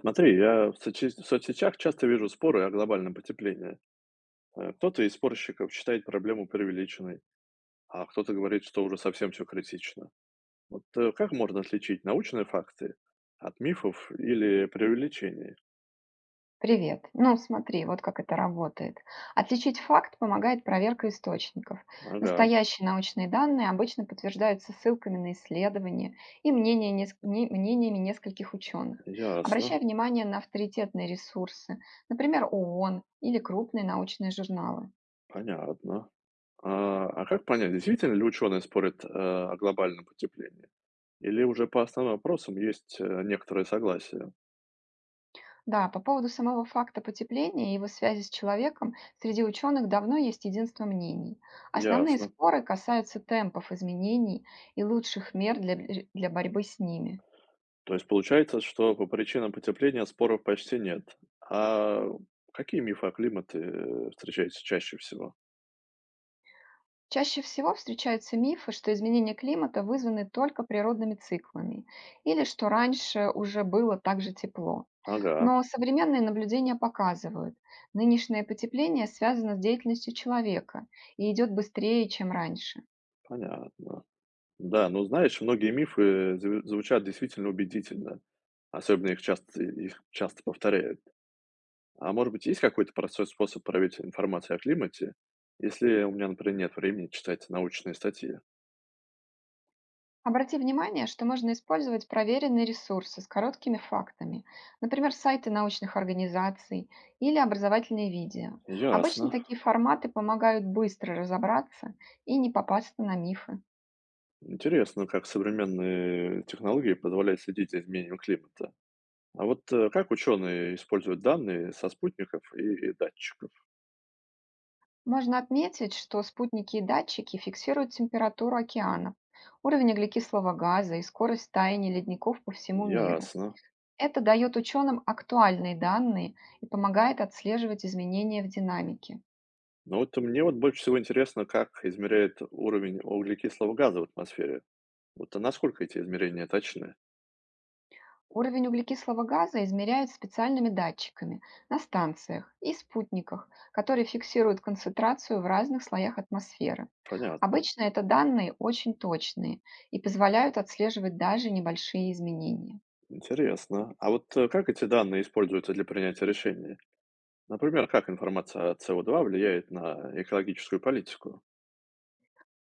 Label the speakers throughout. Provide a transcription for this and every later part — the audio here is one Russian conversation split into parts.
Speaker 1: Смотри, я в соцсетях часто вижу споры о глобальном потеплении. Кто-то из спорщиков считает проблему преувеличенной, а кто-то говорит, что уже совсем все критично. Вот как можно отличить научные факты от мифов или преувеличений?
Speaker 2: Привет. Ну, смотри, вот как это работает. Отличить факт помогает проверка источников.
Speaker 1: Ага,
Speaker 2: Настоящие научные данные обычно подтверждаются ссылками на исследования и мнения мнениями нескольких ученых.
Speaker 1: ясно,
Speaker 2: Обращай внимание на авторитетные ресурсы, например, ООН или крупные научные журналы.
Speaker 1: понятно. А как понять, действительно ли ученые спорят о глобальном потеплении? Или уже по основным вопросам есть некоторое согласие?
Speaker 2: Да, по поводу самого факта потепления и его связи с человеком среди ученых давно есть единство мнений. Основные
Speaker 1: Ясно.
Speaker 2: споры касаются темпов изменений и лучших мер для борьбы с ними.
Speaker 1: То есть получается, что по причинам потепления споров почти нет. А какие мифы о климате встречаются чаще всего?
Speaker 2: Чаще всего встречаются мифы, что изменения климата вызваны только природными циклами или что раньше уже было так же тепло.
Speaker 1: Ага,
Speaker 2: Но современные наблюдения показывают, нынешнее потепление связано с деятельностью человека и идет быстрее, чем раньше.
Speaker 1: понятно. Да, ну знаешь, многие мифы звучат действительно убедительно, особенно их часто повторяют. А может быть, есть какой-то простой способ проверить информацию о климате, если у меня, например, нет времени читать научные статьи?
Speaker 2: Обрати внимание, что можно использовать проверенные ресурсы с короткими фактами, например, сайты научных организаций или образовательные видео. Обычно
Speaker 1: Ясно.
Speaker 2: такие форматы помогают быстро разобраться и не попасться на мифы.
Speaker 1: Интересно, как современные технологии позволяют следить за изменением климата. А вот как ученые используют данные со спутников и датчиков?
Speaker 2: Можно отметить, что спутники и датчики фиксируют температуру океанов, уровень углекислого газа и скорость таяния ледников по всему миру.
Speaker 1: Ясно.
Speaker 2: Это дает ученым актуальные данные и помогает отслеживать изменения в динамике.
Speaker 1: Но вот мне вот больше всего интересно, как измеряет уровень углекислого газа в атмосфере. Вот а насколько эти измерения точны?
Speaker 2: Уровень углекислого газа измеряют специальными датчиками на станциях и спутниках, которые фиксируют концентрацию в разных слоях атмосферы.
Speaker 1: Понятно.
Speaker 2: Обычно это данные очень точные и позволяют отслеживать даже небольшие изменения.
Speaker 1: Интересно. А вот как эти данные используются для принятия решений? Например, как информация о со два влияет на экологическую политику?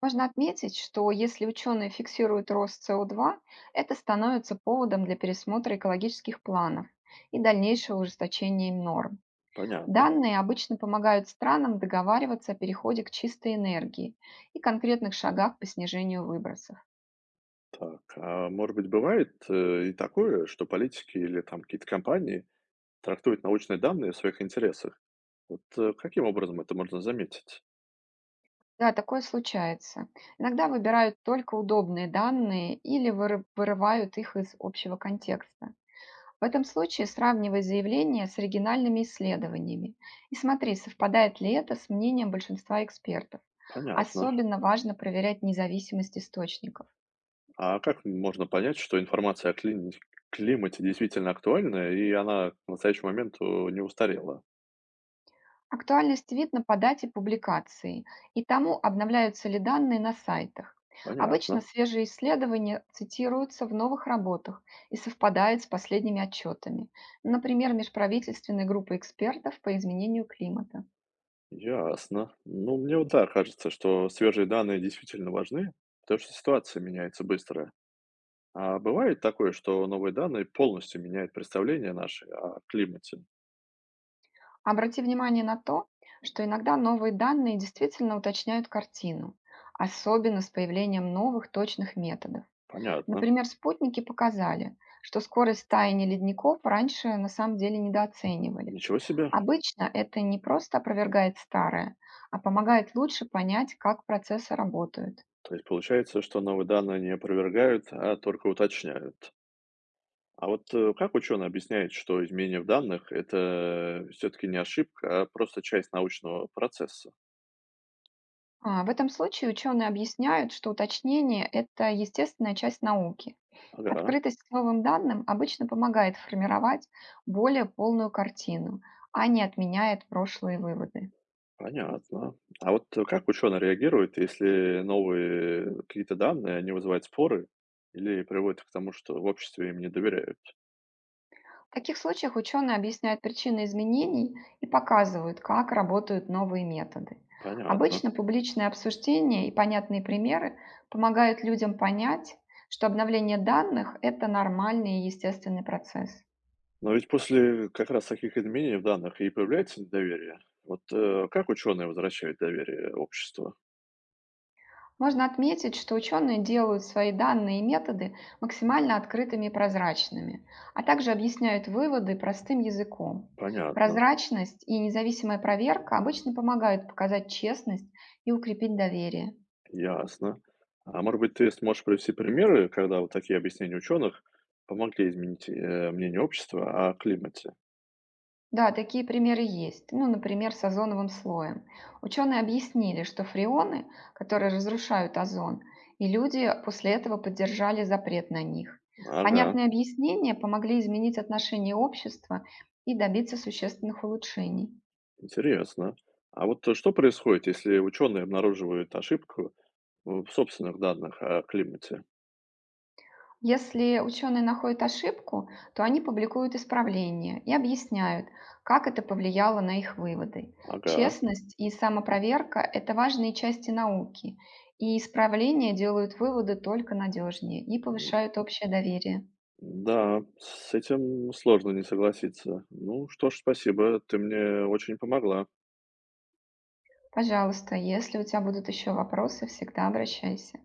Speaker 2: Можно отметить, что если ученые фиксируют рост СО2, это становится поводом для пересмотра экологических планов и дальнейшего ужесточения норм.
Speaker 1: Понятно.
Speaker 2: Данные обычно помогают странам договариваться о переходе к чистой энергии и конкретных шагах по снижению выбросов.
Speaker 1: Так, а может быть, бывает и такое, что политики или там какие-то компании трактуют научные данные в своих интересах? Вот, каким образом это можно заметить?
Speaker 2: Да, такое случается. Иногда выбирают только удобные данные или вырывают их из общего контекста. В этом случае сравнивай заявления с оригинальными исследованиями и смотри, совпадает ли это с мнением большинства экспертов.
Speaker 1: Понятно.
Speaker 2: Особенно важно проверять независимость источников.
Speaker 1: А как можно понять, что информация о клини климате действительно актуальна и она к настоящему моменту не устарела?
Speaker 2: Актуальность видно по дате публикации и тому, обновляются ли данные на сайтах. Обычно
Speaker 1: Понятно.
Speaker 2: свежие исследования цитируются в новых работах и совпадают с последними отчетами, например, межправительственной группы экспертов по изменению климата.
Speaker 1: Ясно. Ну, мне вот да, кажется, что свежие данные действительно важны, потому что ситуация меняется быстро. А бывает такое, что новые данные полностью меняют представление наше о климате?
Speaker 2: Обрати внимание на то, что иногда новые данные действительно уточняют картину, особенно с появлением новых точных методов.
Speaker 1: Понятно.
Speaker 2: Например, спутники показали, что скорость таяния ледников раньше на самом деле недооценивали.
Speaker 1: Ничего себе.
Speaker 2: Обычно это не просто опровергает старое, а помогает лучше понять, как процессы работают.
Speaker 1: То есть получается, что новые данные не опровергают, а только уточняют. А вот, как ученые объясняют, что изменение в данных — это все-таки не ошибка, а просто часть научного процесса?
Speaker 2: В этом случае ученые объясняют, что уточнение– это естественная часть науки.
Speaker 1: Ага,
Speaker 2: Открытость к новым данным обычно помогает формировать более полную картину, а не отменяет прошлые выводы.
Speaker 1: понятно. А вот как ученые реагируют, если какие-то данные, они вызывают споры или приводят к тому, что в обществе им не доверяют?
Speaker 2: В таких случаях ученые объясняют причины изменений и показывают, как работают новые методы.
Speaker 1: Понятно.
Speaker 2: Обычно публичное обсуждение и понятные примеры помогают людям понять, что обновление данных– это нормальный и естественный процесс.
Speaker 1: Но ведь после как раз таких изменений в данных и появляется недоверие. Вот как ученые возвращают доверие обществу?
Speaker 2: Можно отметить, что ученые делают свои данные и методы максимально открытыми и прозрачными, а также объясняют выводы простым языком.
Speaker 1: Понятно.
Speaker 2: Прозрачность и независимая проверка обычно помогают показать честность и укрепить доверие.
Speaker 1: Ясно. А может быть, ты сможешь привести примеры, когда вот такие объяснения ученых помогли изменить мнение общества о климате?
Speaker 2: Да, такие примеры есть. Ну, например, с озоновым слоем. Ученые объяснили, что фреоны, которые разрушают озон, и люди после этого поддержали запрет на них.
Speaker 1: Ага,
Speaker 2: Понятные объяснения помогли изменить отношение общества и добиться существенных улучшений.
Speaker 1: интересно. А вот что происходит, если ученые обнаруживают ошибку в собственных данных о климате?
Speaker 2: Если ученые находят ошибку, то они публикуют исправления и объясняют, как это повлияло на их выводы.
Speaker 1: Ага,
Speaker 2: Честность и самопроверка– это важные части науки, и исправления делают выводы только надежнее и
Speaker 1: м,
Speaker 2: повышают общее доверие.
Speaker 1: да, с этим сложно не согласиться. Ну что ж, спасибо, ты мне очень помогла.
Speaker 2: Пожалуйста, если у тебя будут еще вопросы, всегда обращайся.